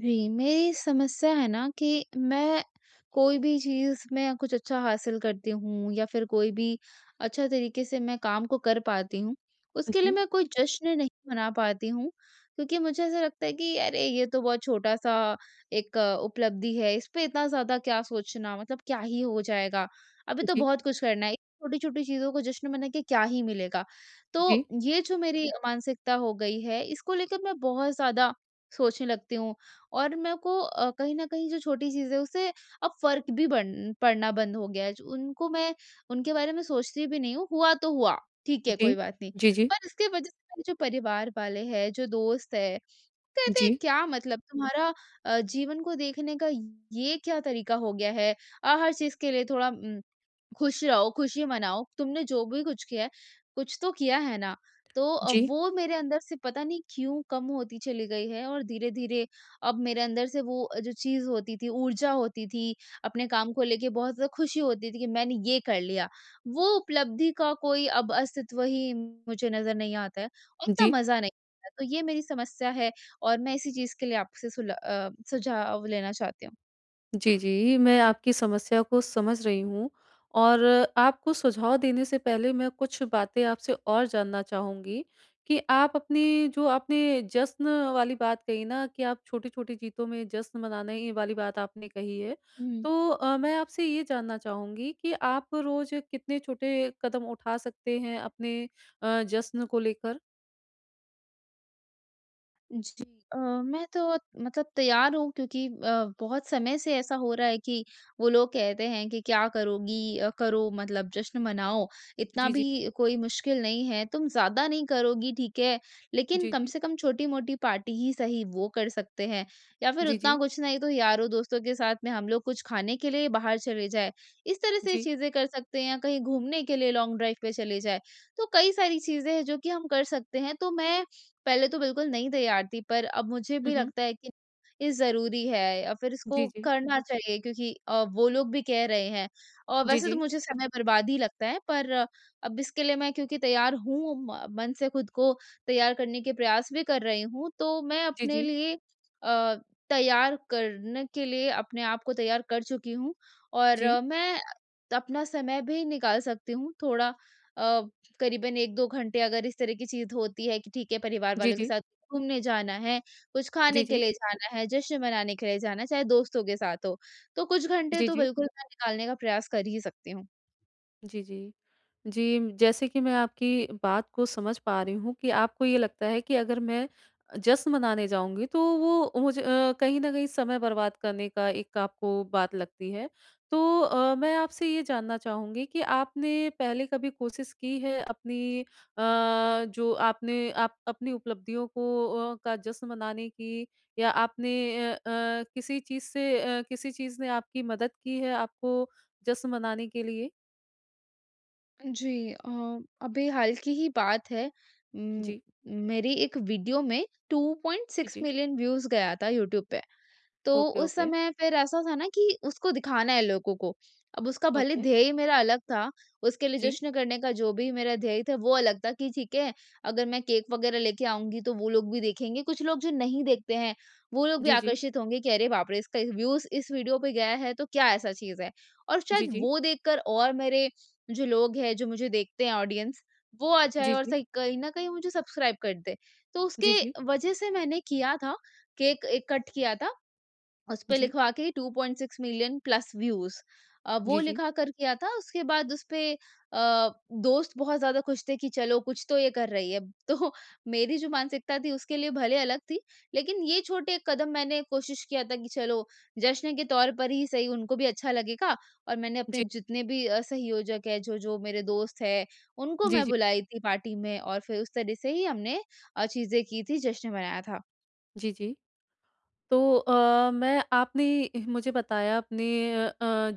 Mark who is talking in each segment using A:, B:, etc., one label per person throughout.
A: जी, मेरी समस्या है ना कि मैं कोई भी चीज़ में कुछ अच्छा हासिल करती हूँ या फिर कोई भी अच्छा तरीके से मैं काम को कर पाती हूँ, उसके लिए
B: जी,
A: मैं कोई जश्न नहीं मना पाती हूँ क्योंकि मुझे ऐसा लगता है कि अरे ये तो बहुत छोटा-सा एक उपलब्धि है, इस पे इतना ज़्यादा क्या सोचना मतलब क्या ही हो जाएगा, अभी तो
B: जी,
A: बहुत कुछ करना है, छोटी-छोटी चीज़ों को जश्न मना के क्या ही मिलेगा। तो
B: जी,
A: ये जो मेरी मानसिकता हो गई है, इसको लेकर मैं बहुत ज़्यादा सोचने लगती हूँ और मेरे को कहीं न कहीं जो छोटी चीज़ है उससे अब फ़र्क भी बन पड़ना बंद हो गया है। ज उनको मैं उनके बारे में सोचती भी नहीं हूँ, हुआ तो हुआ, ठीक है
B: जी,
A: कोई बात नहीं।
B: जी, जी,
A: पर इसके वज़ह से मेरे जो परिवार वाले हैं, जो दोस्त हैं, कहते हैं
B: जी,
A: क्या मतलब तुम्हारा जीवन को देखने का ये क्या तरीका हो गया है? हर चीज़ के लिए थोड़ा खुश रहो, खुशी मनाओ, तुमने जो भी कुछ किया है, कुछ तो किया है ना। तो
B: जी,
A: वो मेरे अंदर से पता नहीं क्यों कम होती चली गई है और धीरे-धीरे अब मेरे अंदर से वो जो चीज़ होती थी, ऊर्जा होती थी, अपने काम को लेके बहुत ज़्यादा खुशी होती थी कि मैंने ये कर लिया, वो उपलब्धि का कोई अब अस्तित्व ही मुझे नज़र नहीं आता है, उतना
B: जी,
A: मज़ा नहीं आता। तो ये मेरी समस्या है और मैं इसी चीज़ के लिए आपसे सुझाव लेना चाहती हूँ।
B: जी, जी, मैं आपकी समस्या को समझ रही हूँ और आपको सुझाव देने से पहले मैं कुछ बातें आपसे और जानना चाहूँगी कि आप अपनी जो आपने जश्न वाली बात कही ना कि आप छोटी-छोटी जीतों में जश्न मनाने ये वाली बात आपने कही है।
A: हुँ।
B: तो मैं आपसे ये जानना चाहूँगी कि आप रोज़ कितने छोटे कदम उठा सकते हैं अपने जश्न को लेकर?
A: जी, अ, मैं तो मतलब तैयार हूँ क्योंकि बहुत समय से ऐसा हो रहा है कि वो लोग कहते हैं कि क्या करोगी, करो मतलब जश्न मनाओ, इतना
B: जी,
A: भी
B: जी,
A: कोई मुश्किल नहीं है, तुम ज्यादा नहीं करोगी ठीक है, लेकिन
B: जी,
A: कम
B: जी,
A: से कम छोटी मोटी पार्टी ही सही वो कर सकते हैं या फिर
B: जी,
A: उतना
B: जी।
A: कुछ नहीं तो यारों दोस्तों के साथ में हम लोग कुछ खाने के लिए बाहर चले जाए, इस तरह से
B: जी।
A: चीजें कर सकते हैं या कहीं घूमने के लिए लॉन्ग ड्राइव पे चले जाए। तो कई सारी चीजें हैं जो कि हम कर सकते हैं। तो मैं पहले तो बिल्कुल नहीं तैयार थी, पर अब मुझे
B: हुँ,
A: भी
B: हुँ।
A: लगता है कि ये ज़रूरी है या फिर इसको
B: जी, जी।
A: करना चाहिए क्योंकि वो लोग भी कह रहे हैं और
B: जी,
A: वैसे तो
B: जी।
A: मुझे समय बर्बाद ही लगता है पर अब इसके लिए मैं क्योंकि तैयार हूँ, म मन से खुद को तैयार करने के प्रयास भी कर रही हूँ, तो मैं
B: जी,
A: अपने
B: जी।
A: लिए तैयार करने के लिए अपने आप को तैयार कर चुकी हूँ और
B: जी।
A: मैं अपना समय भी निकाल सकती हूँ थोड़ा, अ, करीबन 1-2 घंटे, अगर इस तरह की चीज़ होती है कि ठीक है, परिवार
B: जी,
A: वालों के
B: जी।
A: साथ घूमने जाना है, कुछ खाने
B: जी,
A: के
B: जी।
A: लिए जाना है, जश्न मनाने के लिए जाना है, चाहे दोस्तों के साथ हो, तो कुछ घंटे
B: जी,
A: तो
B: जी।
A: बिल्कुल मैं निकालने का प्रयास कर ही सकती हूँ।
B: जी, जी। जी, जैसे कि मैं आपकी बात को समझ पा रही हूँ कि आपको ये लगता है कि अगर मैं जश्न मनाने जाऊँगी तो वो मुझे कहीं न कहीं समय बर्बाद करने का एक आपको बात लगती है। तो मैं आपसे ये जानना चाहूँगी कि आपने पहले कभी कोशिश की है अपनी जो आपने आप अपनी उपलब्धियों को का जश्न मनाने की या आपने अ अ, किसी चीज़ से किसी चीज़ ने आपकी मदद की है आपको जश्न मनाने के लिए?
A: जी, अभी हाल की ही बात है। उम,
B: जी।
A: मेरी एक वीडियो में
B: जी,
A: 2.6
B: जी।
A: मिलियन व्यूज़ गया था यूट्यूब पे। तो
B: ओके,
A: उस
B: ओके,
A: समय फिर ऐसा था ना कि उसको दिखाना है लोगों को। अब उसका भले
B: ओके।
A: ध्येय मेरा अलग था, उसके लिए
B: जी,
A: जश्न करने का जो भी मेरा ध्येय था वो अलग था कि ठीक है, अगर मैं केक वगैरह लेके आऊँगी तो वो लोग भी देखेंगे। कुछ लोग जो नहीं देखते हैं, वो लोग भी
B: जी, जी,
A: आकर्षित होंगे कि अरे बाप रे! इसका व्यूज़ इस वीडियो पे गया है तो क्या ऐसा चीज़ है? और
B: जी,
A: शायद
B: जी,
A: वो देखकर और मेरे जो लोग हैं, जो मुझे देखते हैं ऑडियंस, वो आ जाए
B: जी,
A: और
B: जी,
A: सही कहीं न कहीं मुझे सब्सक्राइब कर दे। तो
B: जी,
A: उसके
B: जी,
A: वजह से मैंने किया था, केक एक कट किया था उसपे
B: जी,
A: लिखवा के 2.6 मिलियन प्लस व्यूज वो
B: जी, जी,
A: लिखा कर किया था। उसके बाद उसपे दोस्त बहुत ज़्यादा खुश थे कि चलो कुछ तो ये कर रही है। तो मेरी जो मानसिकता थी उसके लिए भले अलग थी, लेकिन ये छोटे कदम मैंने कोशिश किया था कि चलो जश्न के तौर पर ही सही उनको भी अच्छा लगेगा और मैंने अपने
B: जी,
A: जितने भी सहयोजक है, जो-जो मेरे दोस्त हैं, उनको
B: जी,
A: मैं
B: जी,
A: बुलाई थी पार्टी में और फिर उस तरह से ही हमने चीज़ें की थी, जश्न मनाया था।
B: जी, जी। तो मैं आपने मुझे बताया अपने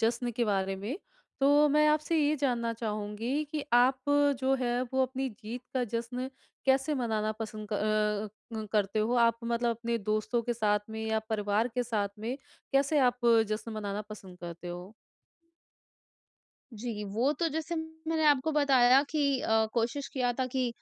B: जश्न के बारे में, तो मैं आपसे ये जानना चाहूँगी कि आप जो है वो अपनी जीत का जश्न कैसे मनाना पसंद करते हो? आप मतलब अपने दोस्तों के साथ में या परिवार के साथ में कैसे आप जश्न मनाना पसंद करते हो?
A: जी, वो तो जैसे मैंने आपको बताया कि कोशिश किया था कि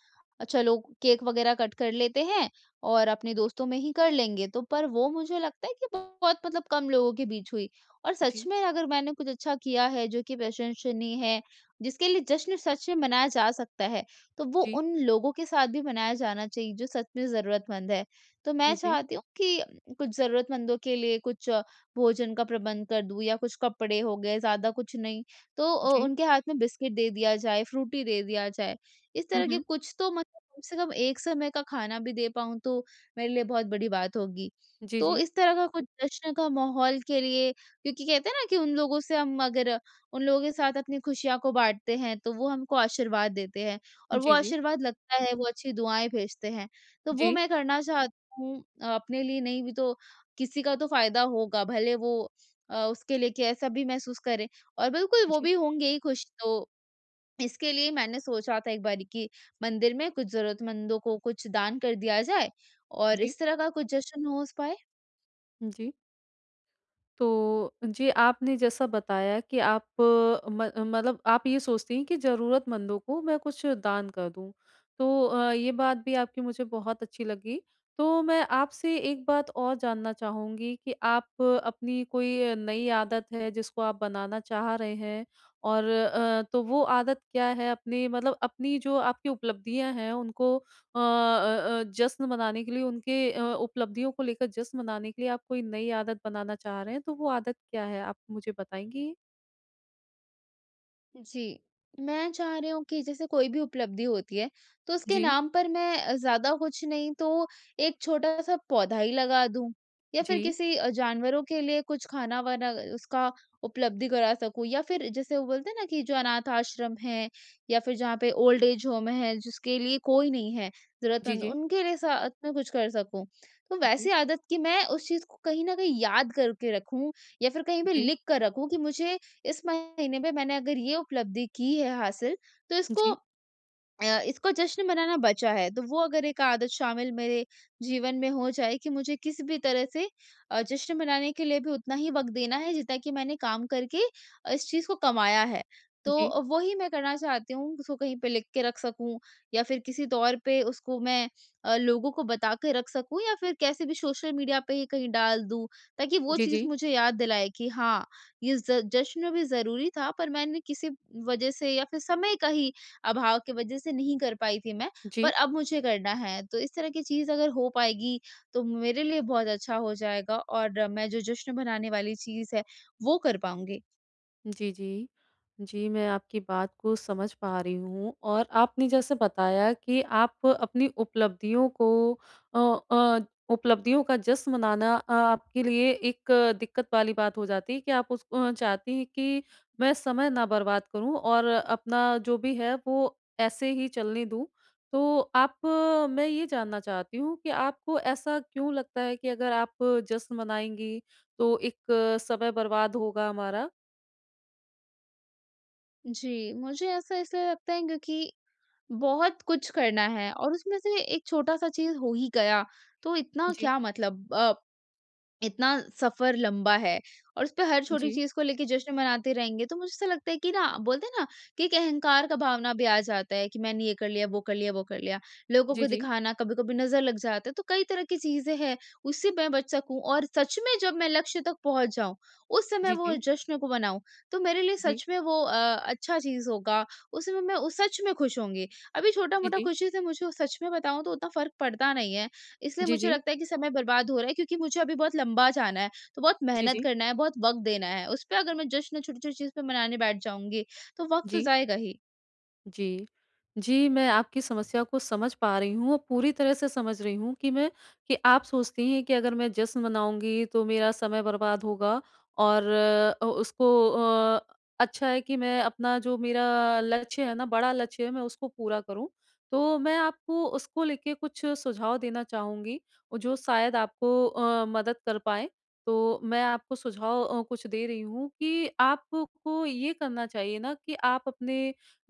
A: चलो केक वगैरह कट कर लेते हैं और अपने
B: जी,
A: दोस्तों में ही कर लेंगे। तो पर वो मुझे लगता है कि बहुत मतलब कम लोगों के बीच हुई और सच
B: जी,
A: में अगर मैंने कुछ अच्छा किया है जो कि प्रशंसनीय है, जिसके लिए जश्न सच में मनाया जा सकता है, तो वो
B: जी,
A: उन लोगों के साथ भी मनाया जाना चाहिए जो सच में ज़रूरतमंद है। तो मैं
B: जी, जी,
A: चाहती हूँ कि कुछ ज़रूरतमंदों के लिए कुछ भोजन का प्रबंध कर दूँ या कुछ कपड़े हो गए, ज़्यादा कुछ नहीं। तो
B: जी।
A: उनके हाथ में बिस्किट दे दिया जाए, फ्रूटी दे दिया जाए। इस
B: हुँ,
A: तरह के
B: हुँ।
A: कुछ तो मतलब कम से कम एक समय का खाना भी दे पाऊँ तो मेरे लिए बहुत बड़ी बात होगी।
B: जी,
A: तो
B: जी।
A: इस तरह का कुछ जश्न का माहौल के लिए क्योंकि कहते हैं ना कि उन लोगों से हम अगर उन लोगों के साथ अपनी खुशियाँ को बाँटते हैं, तो वो हमको आशीर्वाद देते हैं और वो
B: जी, जी।
A: आशीर्वाद लगता है, वो अच्छी दुआएँ भेजते हैं। तो वो
B: जी,
A: मैं करना चाहती हूँ, अपने लिए नहीं भी तो किसी का तो फ़ायदा होगा, भले वो उसके लिए कि ऐसा भी महसूस करे और बिल्कुल वो
B: जी,
A: भी होंगे ही खुश। तो इसके लिए मैंने सोचा था एक बारी कि मंदिर में कुछ ज़रूरतमंदों को कुछ दान कर दिया जाए और
B: जी,
A: इस तरह का कुछ जश्न हो उस पर।
B: जी। तो जी, आपने जैसा बताया कि आप अ, म मतलब आप ये सोचती हैं कि ज़रूरतमंदों को मैं कुछ दान कर दूँ। तो ये बात भी आपकी मुझे बहुत अच्छी लगी। तो मैं आपसे एक बात और जानना चाहूँगी कि आप अपनी कोई नई आदत है जिसको आप बनाना चाह रहे हैं और तो वो आदत क्या है? अपनी मतलब अपनी जो आपकी उपलब्धियाँ हैं उनको जश्न मनाने के लिए उनके उपलब्धियों को लेकर जश्न मनाने के लिए आप कोई नई आदत बनाना चाह रहे हैं, तो वो आदत क्या है? आप मुझे बताएँगी?
A: जी। मैं चाह रही हूँ कि जैसे कोई भी उपलब्धि होती है, तो उसके
B: जी,
A: नाम पर मैं, ज़्यादा कुछ नहीं तो एक छोटा-सा पौधा ही लगा दूँ या
B: जी।
A: फिर किसी जानवरों के लिए कुछ खाना-वाना उसका उपलब्धि करा सकूँ या फिर जैसे वो बोलते हैं ना कि जो अनाथ आश्रम है या फिर जहाँ पे ओल्ड एज होम है, जिसके लिए कोई नहीं है
B: जी,
A: ज़रूरतमंद,
B: जी।
A: उनके लिए साथ में कुछ कर सकूँ। तो
B: जी।
A: वैसी आदत कि मैं उस चीज़ को कहीं न कहीं याद करके रखूँ या फिर कहीं पे
B: जी,
A: लिख कर रखूँ कि मुझे इस महीने में मैंने अगर ये उपलब्धि की है हासिल, तो इसको
B: जी,
A: इसको जश्न मनाना बचा है, तो वो अगर एक आदत शामिल मेरे जीवन में हो जाए कि मुझे किसी भी तरह से जश्न मनाने के लिए भी उतना ही वक़्त देना है जितना कि मैंने काम करके इस चीज़ को कमाया है।
B: जी,
A: तो वो ही मैं करना चाहती हूँ, उसको कहीं पे लिख के रख सकूँ या फिर किसी तौर पे उसको मैं लोगों को बता के रख सकूँ या फिर कैसे भी सोशल मीडिया पे ही कहीं डाल दूँ, ताकि वो
B: जी, जी,
A: चीज़
B: जी।
A: मुझे याद दिलाए कि हाँ, ये ज जश्न भी ज़रूरी था पर मैंने किसी वजह से या फिर समय का ही अभाव की वजह से नहीं कर पाई थी मैं, पर
B: जी
A: अब मुझे करना है। तो इस तरह की चीज़ अगर हो पाएगी, तो मेरे लिए बहुत अच्छा हो जाएगा और मैं जो जश्न मनाने वाली चीज़ है, वो कर पाऊँगी।
B: जी, जी। जी, मैं आपकी बात को समझ पा रही हूँ और आपने जैसे बताया कि आप अपनी उपलब्धियों को अ अ, उपलब्धियों का जश्न मनाना आपके लिए एक दिक्कत वाली बात हो जाती है कि आप उसको चाहती हैं कि मैं समय ना बर्बाद करूँ और अपना जो भी है वो ऐसे ही चलने दूँ। तो मैं ये जानना चाहती हूँ कि आपको ऐसा क्यों लगता है कि अगर आप जश्न मनाएँगी तो एक समय बर्बाद होगा हमारा?
A: जी, मुझे ऐसा इसलिए लगता है क्योंकि बहुत कुछ करना है और उसमें से एक छोटा-सा चीज़ हो ही गया, तो इतना
B: जी।
A: क्या मतलब, इतना सफ़र लंबा है और उसपे हर छोटी
B: जी।
A: चीज़ को लेके जश्न मनाते रहेंगे, तो मुझे ऐसा लगता है कि ना बोलते हैं ना कि एक अहंकार का भावना भी आ जाता है कि मैंने ये कर लिया, वो कर लिया, वो कर लिया। लोगों
B: जी,
A: को
B: जी।
A: दिखाना, कभी-कभी नज़र लग जाता है, तो कई तरह की चीज़ें हैं, उससे मैं बच सकूँ और सच में जब मैं लक्ष्य तक पहुँच जाऊँ, उस समय
B: जी,
A: वो
B: जी।
A: जश्न को मनाऊँ, तो मेरे लिए
B: जी।
A: सच में वो अच्छा चीज़ होगा, उस समय मैं उस सच में खुश होंगी। अभी
B: जी,
A: छोटा-मोटा
B: जी।
A: खुशी से मुझे सच में बताऊँ तो उतना फ़र्क पड़ता नहीं है। इसलिए
B: जी,
A: मुझे
B: जी।
A: लगता है कि समय बर्बाद हो रहा है क्योंकि मुझे अभी बहुत लंबा जाना है, तो बहुत
B: जी,
A: मेहनत
B: जी।
A: करना है, बहुत वक़्त देना है। उस पे अगर मैं जश्न छोटी-छोटी चीज़ पे मनाने बैठ जाऊँगी, तो वक़्त तो
B: जी।
A: जाएगा ही।
B: जी। जी, मैं आपकी समस्या को समझ पा रही हूँ और पूरी तरह से समझ रही हूँ कि आप सोचती हैं कि अगर मैं जश्न मनाऊँगी तो मेरा समय बर्बाद होगा और उसको अच्छा है कि मैं अपना जो मेरा लक्ष्य है ना, बड़ा लक्ष्य है, मैं उसको पूरा करूँ। तो मैं आपको उसको लेके कुछ सुझाव देना चाहूँगी और जो शायद आपको मदद कर पाएँ। तो मैं आपको सुझाव कुछ दे रही हूँ कि आपको ये करना चाहिए ना कि आप अपने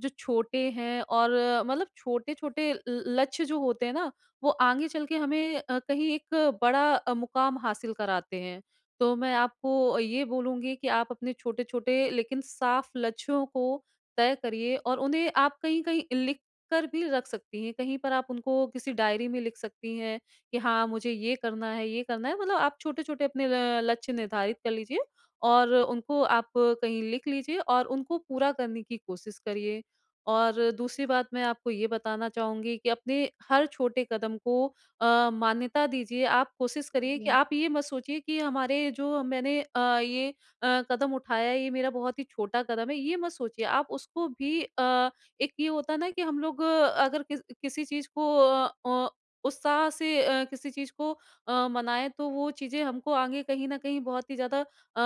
B: जो छोटे हैं और मतलब छोटे-छोटे ल लक्ष्य जो होते हैं ना, वो आगे चल के हमें कहीं एक बड़ा मुकाम हासिल कराते हैं। तो मैं आपको ये बोलूँगी कि आप अपने छोटे-छोटे लेकिन साफ लक्ष्यों को तय करिए और उन्हें आप कहीं-कहीं लिख कर भी रख सकती हैं। कहीं पर आप उनको किसी डायरी में लिख सकती हैं कि हाँ, मुझे ये करना है, ये करना है। मतलब आप छोटे-छोटे अपने ल लक्ष्य निर्धारित कर लीजिए और उनको आप कहीं लिख लीजिए और उनको पूरा करने की कोशिश करिए। और दूसरी बात मैं आपको ये बताना चाहूँगी कि अपने हर छोटे कदम को मान्यता दीजिए। आप कोशिश करिए कि
A: जी,
B: आप ये मत सोचिए कि हमारे जो मैंने ये कदम उठाया है, ये मेरा बहुत ही छोटा कदम है, ये मत सोचिए। आप उसको भी एक ये होता है ना कि हम लोग अगर किसी चीज़ को उत्साह से किसी चीज़ को मनाएँ तो वो चीज़ें हमको आगे कहीं न कहीं बहुत ही ज़्यादा अ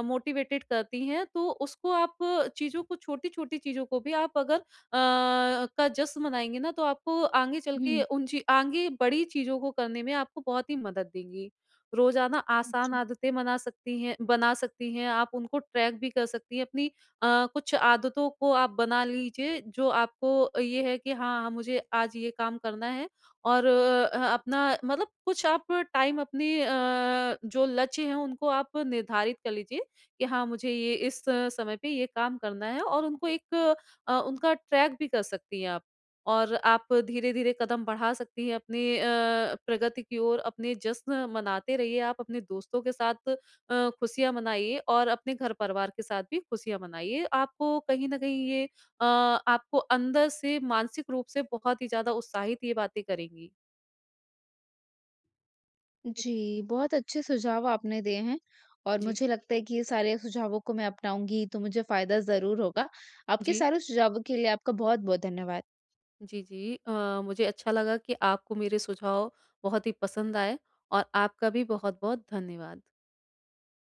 B: अ, मोटिवेटेड करती हैं, तो उसको आप चीज़ों को छोटी-छोटी चीज़ों को भी आप अगर का जश्न मनाएँगे ना, तो आपको आगे चल के
A: हुँ,
B: उन ची आगे बड़ी चीज़ों को करने में आपको बहुत ही मदद देंगी। रोज़ाना आसान
A: अच्छा।
B: आदतें मना सकती हैं बना सकती हैं, आप उनको ट्रैक भी कर सकती हैं, अपनी कुछ आदतों को आप बना लीजिए, जो आपको ये है कि हाँ, हाँ, मुझे आज ये काम करना है। और अपना मतलब कुछ आप टाइम अपनी जो लक्ष्य हैं उनको आप निर्धारित कर लीजिए कि हाँ मुझे ये इस समय पे ये काम करना है और उनको उनका ट्रैक भी कर सकती हैं आप। और आप धीरे-धीरे कदम बढ़ा सकती हैं अपनी प्रगति की ओर, अपने जश्न मनाते रहिए आप, अपने दोस्तों के साथ खुशियाँ मनाइए और अपने घर परिवार के साथ भी खुशियाँ मनाइए। आपको कहीं न कहीं अ, आपको अंदर से मानसिक रूप से बहुत ही ज़्यादा उत्साहित ये बातें करेंगी। जी,
A: जी, बहुत अच्छे सुझाव आपने दिए हैं और
B: जी,
A: मुझे लगता है कि ये सारे सुझावों को मैं अपनाऊँगी, तो मुझे फ़ायदा ज़रूर होगा। आपके
B: जी।
A: सारे सुझावों के लिए आपका बहुत-बहुत धन्यवाद।
B: जी, जी। मुझे अच्छा लगा कि आपको मेरे सुझाव बहुत ही पसंद आए और आपका भी बहुत-बहुत धन्यवाद।